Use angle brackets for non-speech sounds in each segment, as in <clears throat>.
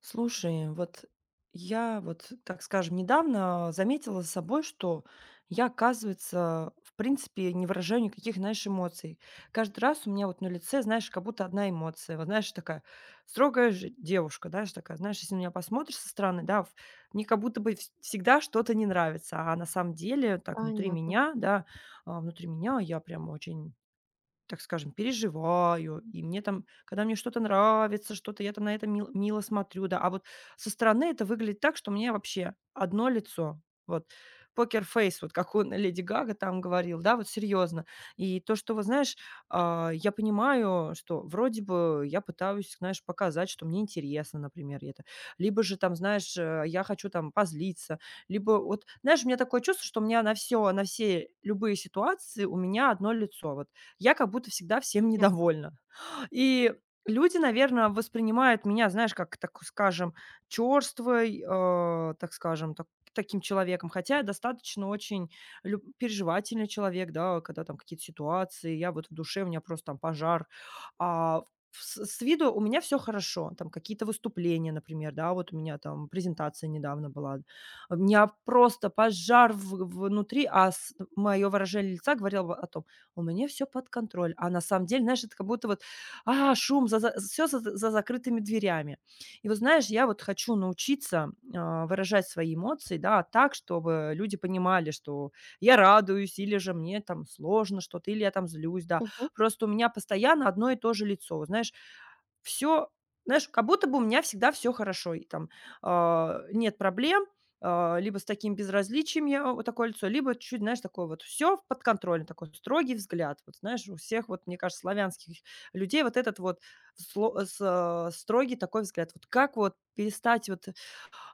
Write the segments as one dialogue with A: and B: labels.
A: Слушай, вот я, так скажем, недавно заметила за собой, что я, оказывается, в принципе, не выражаю никаких, знаешь, эмоций. Каждый раз у меня вот на лице, знаешь, как будто одна эмоция. Вот, знаешь, такая строгая же девушка, знаешь, такая, знаешь, если на меня посмотришь со стороны, да, мне как будто бы всегда что-то не нравится. А на самом деле, так,
B: Понятно,
A: внутри меня я прям очень, так скажем, переживаю, и мне там, когда мне что-то нравится, что-то я там на это мило смотрю, да. А вот со стороны это выглядит так, что мне вообще одно лицо. Вот покер-фейс, вот как он Леди Гага там говорил, да, вот серьезно. И то, что, вот знаешь, я понимаю, что вроде бы я пытаюсь, знаешь, показать, что мне интересно, например, это. Либо же там, знаешь, я хочу там позлиться, либо вот, знаешь, у меня такое чувство, что у меня на все любые ситуации у меня одно лицо. Вот я как будто всегда всем
B: понятно.
A: недовольна. И люди, наверное, воспринимают меня, знаешь, как, так скажем, чёрствой, так скажем, таким человеком. Хотя я достаточно очень люб переживательный человек, да, когда там какие-то ситуации, я вот в душе, у меня просто там пожар. А с виду у меня все хорошо. Там какие-то выступления, например, да, вот у меня там презентация недавно была. У меня просто пожар в внутри, а мое выражение лица говорило о том: "У меня все под контроль". А на самом деле, знаешь, это как будто вот, шум, за все за за закрытыми дверями. И вот знаешь, я вот хочу научиться, выражать свои эмоции, да, так, чтобы люди понимали, что я радуюсь или же мне там сложно что-то, или я там злюсь, да.
B: Мгм.
A: Просто у меня постоянно одно и то же лицо. Вот знаешь, все, знаешь, как будто бы у меня всегда все хорошо и там, нет проблем, либо с таким безразличием я вот такое лицо, либо чуть, знаешь, такое вот все под контролем, такой строгий взгляд. Вот знаешь, у всех вот, мне кажется, славянских людей вот этот вот строгий такой взгляд. Вот как вот перестать вот,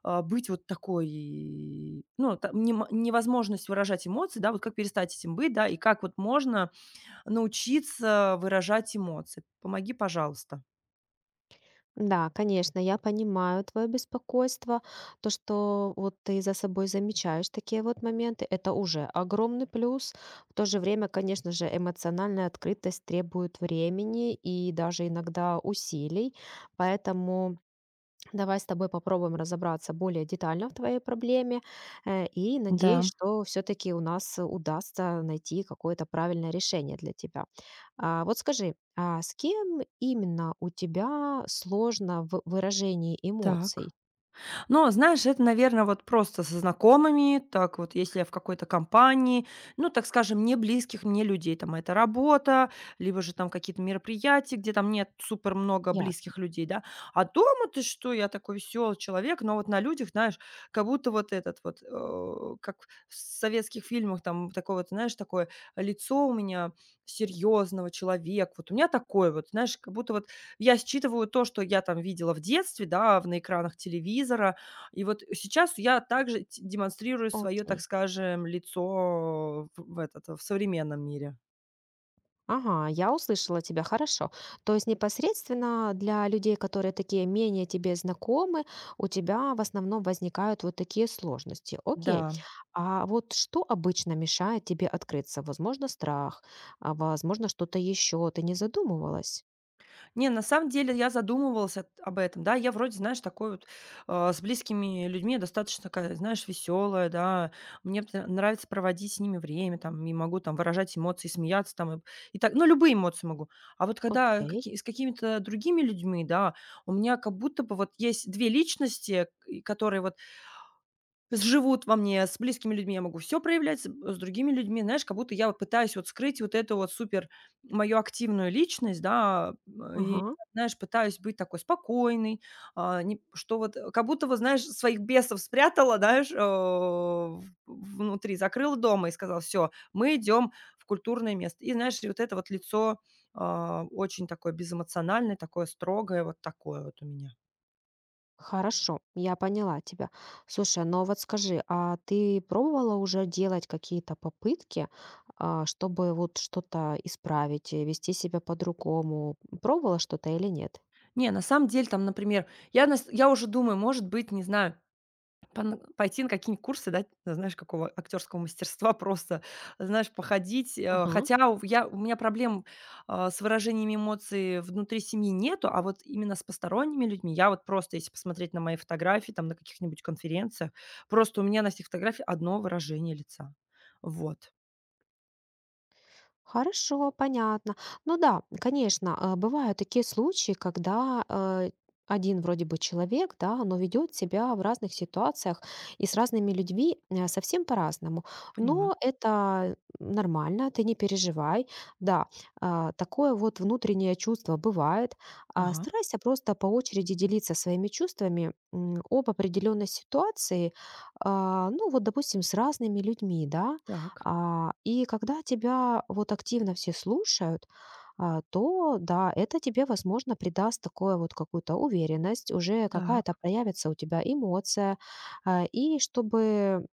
A: быть вот такой, ну, там нем невозможность выражать эмоции, да, вот как перестать этим быть, да, и как вот можно научиться выражать эмоции? Помоги, пожалуйста.
B: Да, конечно, я понимаю твое беспокойство. То, что вот ты за собой замечаешь такие вот моменты, это уже огромный плюс. В то же время, конечно же, эмоциональная открытость требует времени и даже иногда усилий. Поэтому давай с тобой попробуем разобраться более детально в твоей проблеме. И
A: Да,
B: надеюсь, что все-таки у нас удастся найти какое-то правильное решение для тебя. Вот скажи, а с кем именно у тебя сложно в выражении
A: так.
B: эмоций?
A: Но, знаешь, это, наверное, вот просто со знакомыми, так вот, если я в какой-то компании, ну, так скажем, не близких мне людей, там, это работа, либо же там какие-то мероприятия, где там нет супер много
B: Ясно.
A: близких людей, да. А дома ты что, я такой веселый человек, но вот на людях, знаешь, как будто вот этот вот, как в советских фильмах, там, такое вот, знаешь, такое лицо у меня серьезного человека, вот у меня такое вот, знаешь, как будто вот я считываю то, что я там видела в детстве, да, на экранах телевизора, и вот сейчас я также т демонстрирую свое, так
B: Окей.
A: скажем, лицо в этот, в современном мире.
B: Ага, я услышала тебя, хорошо. То есть непосредственно для людей, которые такие менее тебе знакомы, у тебя в основном возникают вот такие сложности. Окей.
A: Да.
B: А вот что обычно мешает тебе открыться? Возможно, страх, а возможно, что-то еще ты не задумывалась.
A: Не, на самом деле я задумывалась от об этом. Да, я вроде, знаешь, такой вот, с близкими людьми я достаточно такая, знаешь, веселая, да. Мне т нравится проводить с ними время, там, и могу там выражать эмоции, смеяться там и так, ну, любые эмоции могу. А вот когда
B: Окей.
A: каки с какими-то другими людьми, да, у меня как будто бы вот есть 2 личности, и которые вот живут во мне, с близкими людьми я могу все проявлять, с другими людьми, знаешь, как будто я вот пытаюсь вот скрыть вот эту вот супер мою активную личность, да, и,
B: Ага.
A: знаешь, пытаюсь быть такой спокойной, а, не что вот, э, как будто вот, знаешь, своих бесов спрятала, знаешь, в внутри, закрыла дома и сказала: все, мы идем в культурное место". И, знаешь, и вот это вот лицо, очень такое безэмоциональное, такое строгое, вот такое вот у меня.
B: Хорошо, я поняла тебя. Слушай, но вот скажи, а ты пробовала уже делать какие-то попытки, чтобы вот что-то исправить, вести себя по-другому? Пробовала что-то или нет?
A: Не, на самом деле, там, например, я уже думаю, может быть, не знаю, пон пойти на какие-нибудь курсы, да, знаешь, какого актерского мастерства <laughs> просто, знаешь, походить. Э, хотя у меня проблем, с выражениями эмоций внутри семьи нету, а вот именно с посторонними людьми я вот просто, если посмотреть на мои фотографии, там, на каких-нибудь конференциях, просто у меня на всех фотографиях одно выражение лица. Вот,
B: Хорошо, понятно. Ну да, конечно, бывают такие случаи, когда один вроде бы человек, да, но ведет себя в разных ситуациях и с разными людьми совсем по-разному.
A: поняла.
B: Но это нормально, ты не переживай. Да, такое вот внутреннее чувство бывает.
A: Ага,
B: Старайся просто по очереди делиться своими чувствами, об определенной ситуации, ну вот, допустим, с разными людьми, да,
A: так,
B: и когда тебя вот активно все слушают, то да, это тебе, возможно, придаст такое вот какую-то уверенность, уже какая-то
A: так,
B: проявится у тебя эмоция. И чтобы <clears throat>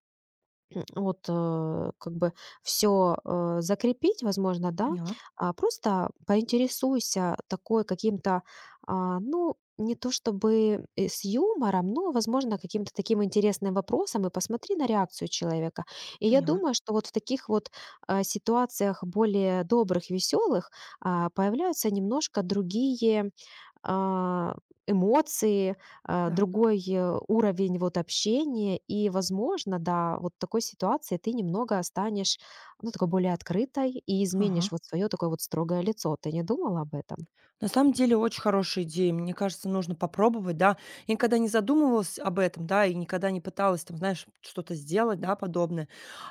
B: вот, как бы все закрепить, возможно, да.
A: поняла,
B: А просто поинтересуйся такой каким-то, ну, не то чтобы и с юмором, но, возможно, каким-то таким интересным вопросом и посмотри на реакцию человека. И я
A: поняла,
B: думаю, что вот в таких вот, ситуациях более добрых, веселых, появляются немножко другие а, эмоции,
A: так,
B: другой, уровень вот общения. И, возможно, да, вот в такой ситуации ты немного станешь, ну, такой более открытой и
A: ага.
B: изменишь вот свое такое вот строгое лицо. Ты не думала об этом?
A: На самом деле очень хорошая идея. Мне кажется, нужно попробовать, да. Я никогда не задумывалась об этом, да, и никогда не пыталась там, знаешь, что-то сделать, да, подобное.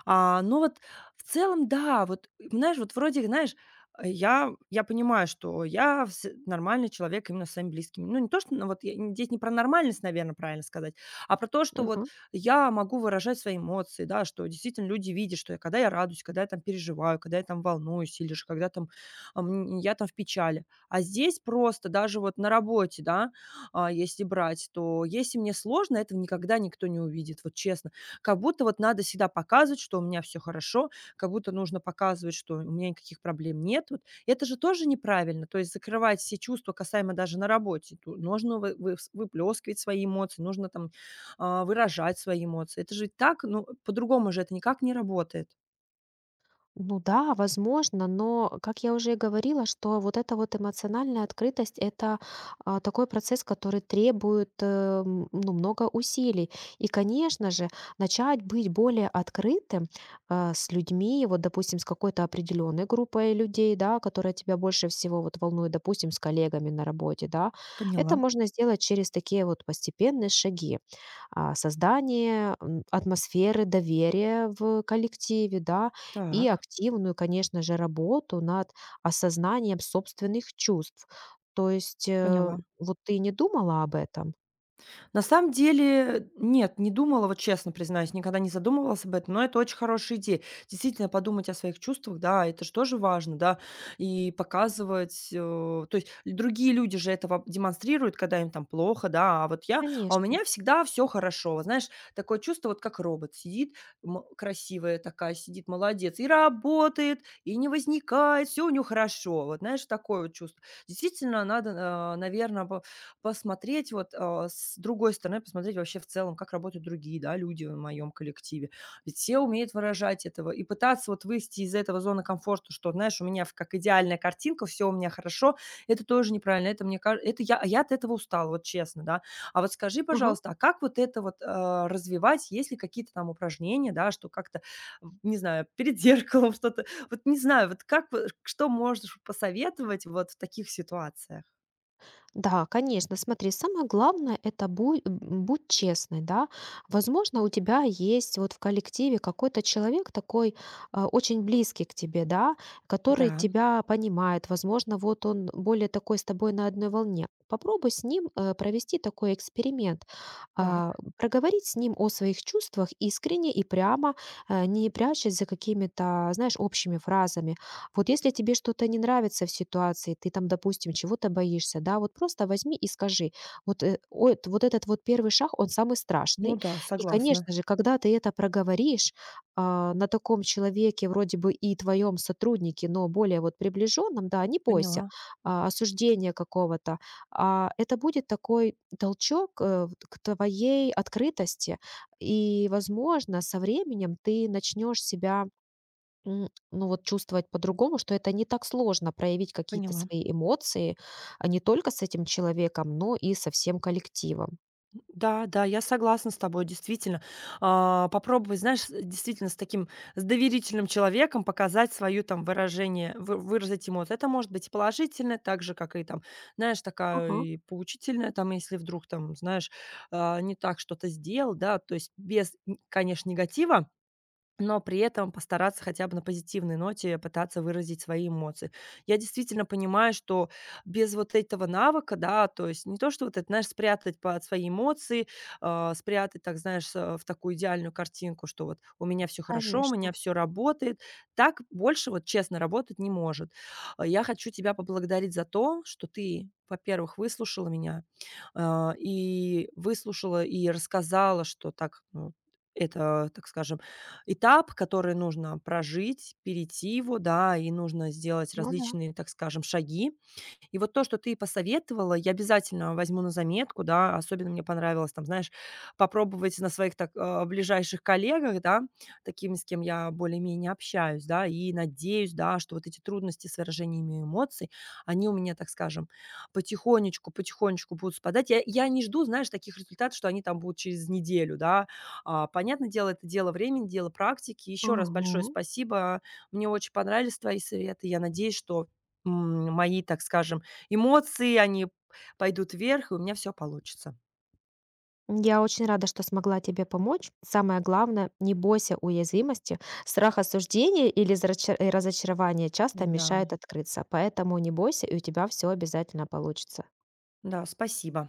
A: А, но вот в целом, да, вот, знаешь, вот вроде, знаешь, я понимаю, что я нормальный человек именно с своими близкими. Ну, не то, что, ну, вот я здесь не про нормальность, наверное, правильно сказать, а про то, что вот я могу выражать свои эмоции, да, что действительно люди видят, что я, когда я радуюсь, когда я там переживаю, когда я там волнуюсь, или же когда там, я там в печали. А здесь просто даже вот на работе, да, если брать, то если мне сложно, этого никогда никто не увидит, вот честно. Как будто вот надо всегда показывать, что у меня все хорошо, как будто нужно показывать, что у меня никаких проблем нет. Вот это же тоже неправильно. То есть закрывать все чувства касаемо даже на работе. Ту нужно вы вывс выплескивать свои эмоции, нужно там, выражать свои эмоции. Это же так, ну, по-другому же это никак не работает.
B: Ну да, возможно, но, как я уже и говорила, что вот эта вот эмоциональная открытость — это такой процесс, который требует, ну, много усилий. И, конечно же, начать быть более открытым с людьми, вот, допустим, с какой-то определенной группой людей, да, которая тебя больше всего вот волнует, допустим, с коллегами на работе, да, это
A: Поняла.
B: можно сделать через такие вот постепенные шаги. Создание, атмосферы доверия в коллективе, да, и
A: Так,
B: активную, конечно же, работу над осознанием собственных чувств. То есть,
A: поняла.
B: вот ты не думала об этом?
A: На самом деле, нет, не думала, вот честно признаюсь, никогда не задумывалась об этом, но это очень хорошая идея. Действительно, подумать о своих чувствах, да, это же тоже важно, да, и показывать, то есть другие люди же это демонстрируют, когда им там плохо, да, а у
B: Конечно.
A: меня всегда все хорошо. Вот знаешь, такое чувство, вот как робот сидит, красивая такая сидит, молодец, и работает, и не возникает, все у нее хорошо, вот знаешь, такое вот чувство. Действительно, надо, наверное, посмотреть вот, с другой стороны, посмотреть вообще в целом, как работают другие, да, люди в моем коллективе. Ведь все умеют выражать этого. И пытаться вот выйти из этого зоны комфорта, что, знаешь, у меня в как идеальная картинка, все у меня хорошо, это тоже неправильно. Это мне кажется, это я от этого устала, вот честно, да. А вот скажи,
B: Ага.
A: пожалуйста, а как вот это вот, развивать? Есть ли какие-то там упражнения, да, что как-то, не знаю, перед <laughs> зеркалом что-то, вот не знаю, вот как, что можешь посоветовать вот в таких ситуациях?
B: Да, конечно. Смотри, самое главное, это будь честной, да. Возможно, у тебя есть вот в коллективе какой-то человек такой, очень близкий к тебе, да, который
A: Да,
B: тебя понимает. Возможно, вот он более такой с тобой на одной волне. Попробуй с ним провести такой эксперимент,
A: так.
B: проговорить с ним о своих чувствах искренне и прямо, не прячась за какими-то, знаешь, общими фразами. Вот если тебе что-то не нравится в ситуации, ты там, допустим, чего-то боишься, да, вот просто возьми и скажи, вот, вот этот вот первый шаг, он самый
A: Ну
B: страшный.
A: да,
B: И,
A: согласна.
B: конечно же, когда ты это проговоришь, на таком человеке, вроде бы и твоем сотруднике, но более вот приближенном, да, не
A: Поняла,
B: бойся осуждения какого-то, это будет такой толчок, к твоей открытости, и, возможно, со временем ты начнешь себя, ну, вот чувствовать по-другому, что это не так сложно проявить какие-то
A: поняла.
B: свои эмоции, а не только с этим человеком, но и со всем коллективом.
A: Да, да, я согласна с тобой, действительно. А, попробовать, знаешь, с действительно с таким, с доверительным человеком показать свою там выражение, вы выразить ему. Вот это может быть и положительное, так же, как и там, знаешь, такая
B: Ага,
A: и поучительная, там, если вдруг там, знаешь, не так что-то сделал, да, то есть без, н конечно, негатива. Но при этом постараться хотя бы на позитивной ноте пытаться выразить свои эмоции. Я действительно понимаю, что без вот этого навыка, да, то есть не то, что вот это, знаешь, спрятать под свои эмоции, спрятать, так знаешь, в такую идеальную картинку, что вот у меня все хорошо, у меня
B: конечно.
A: все работает, так больше вот честно работать не может. А, я хочу тебя поблагодарить за то, что ты, во-первых, выслушала меня, и рассказала, что так, ну, это, так скажем, этап, который нужно прожить, перейти его, да, и нужно сделать
B: Ну да.
A: различные, так скажем, шаги. И вот то, что ты посоветовала, я обязательно возьму на заметку, да. Особенно мне понравилось, там, знаешь, попробовать на своих так, ближайших коллегах, да, такими, с кем я более-менее общаюсь, да. И надеюсь, да, что вот эти трудности с выражениями эмоций, они у меня, так скажем, потихонечку будут спадать. Я не жду, знаешь, таких результатов, что они там будут через неделю, да. А, понятное дело, это дело времени, дело практики. Еще раз большое
B: Ага.
A: спасибо. Мне очень понравились твои советы. Я надеюсь, что, мои, так скажем, эмоции, они пойдут вверх, и у меня все получится.
B: Я очень рада, что смогла тебе помочь. Самое главное, не бойся уязвимости. Страх осуждения или разочарования часто
A: Да,
B: мешает открыться. Поэтому не бойся, и у тебя все обязательно получится.
A: да, спасибо.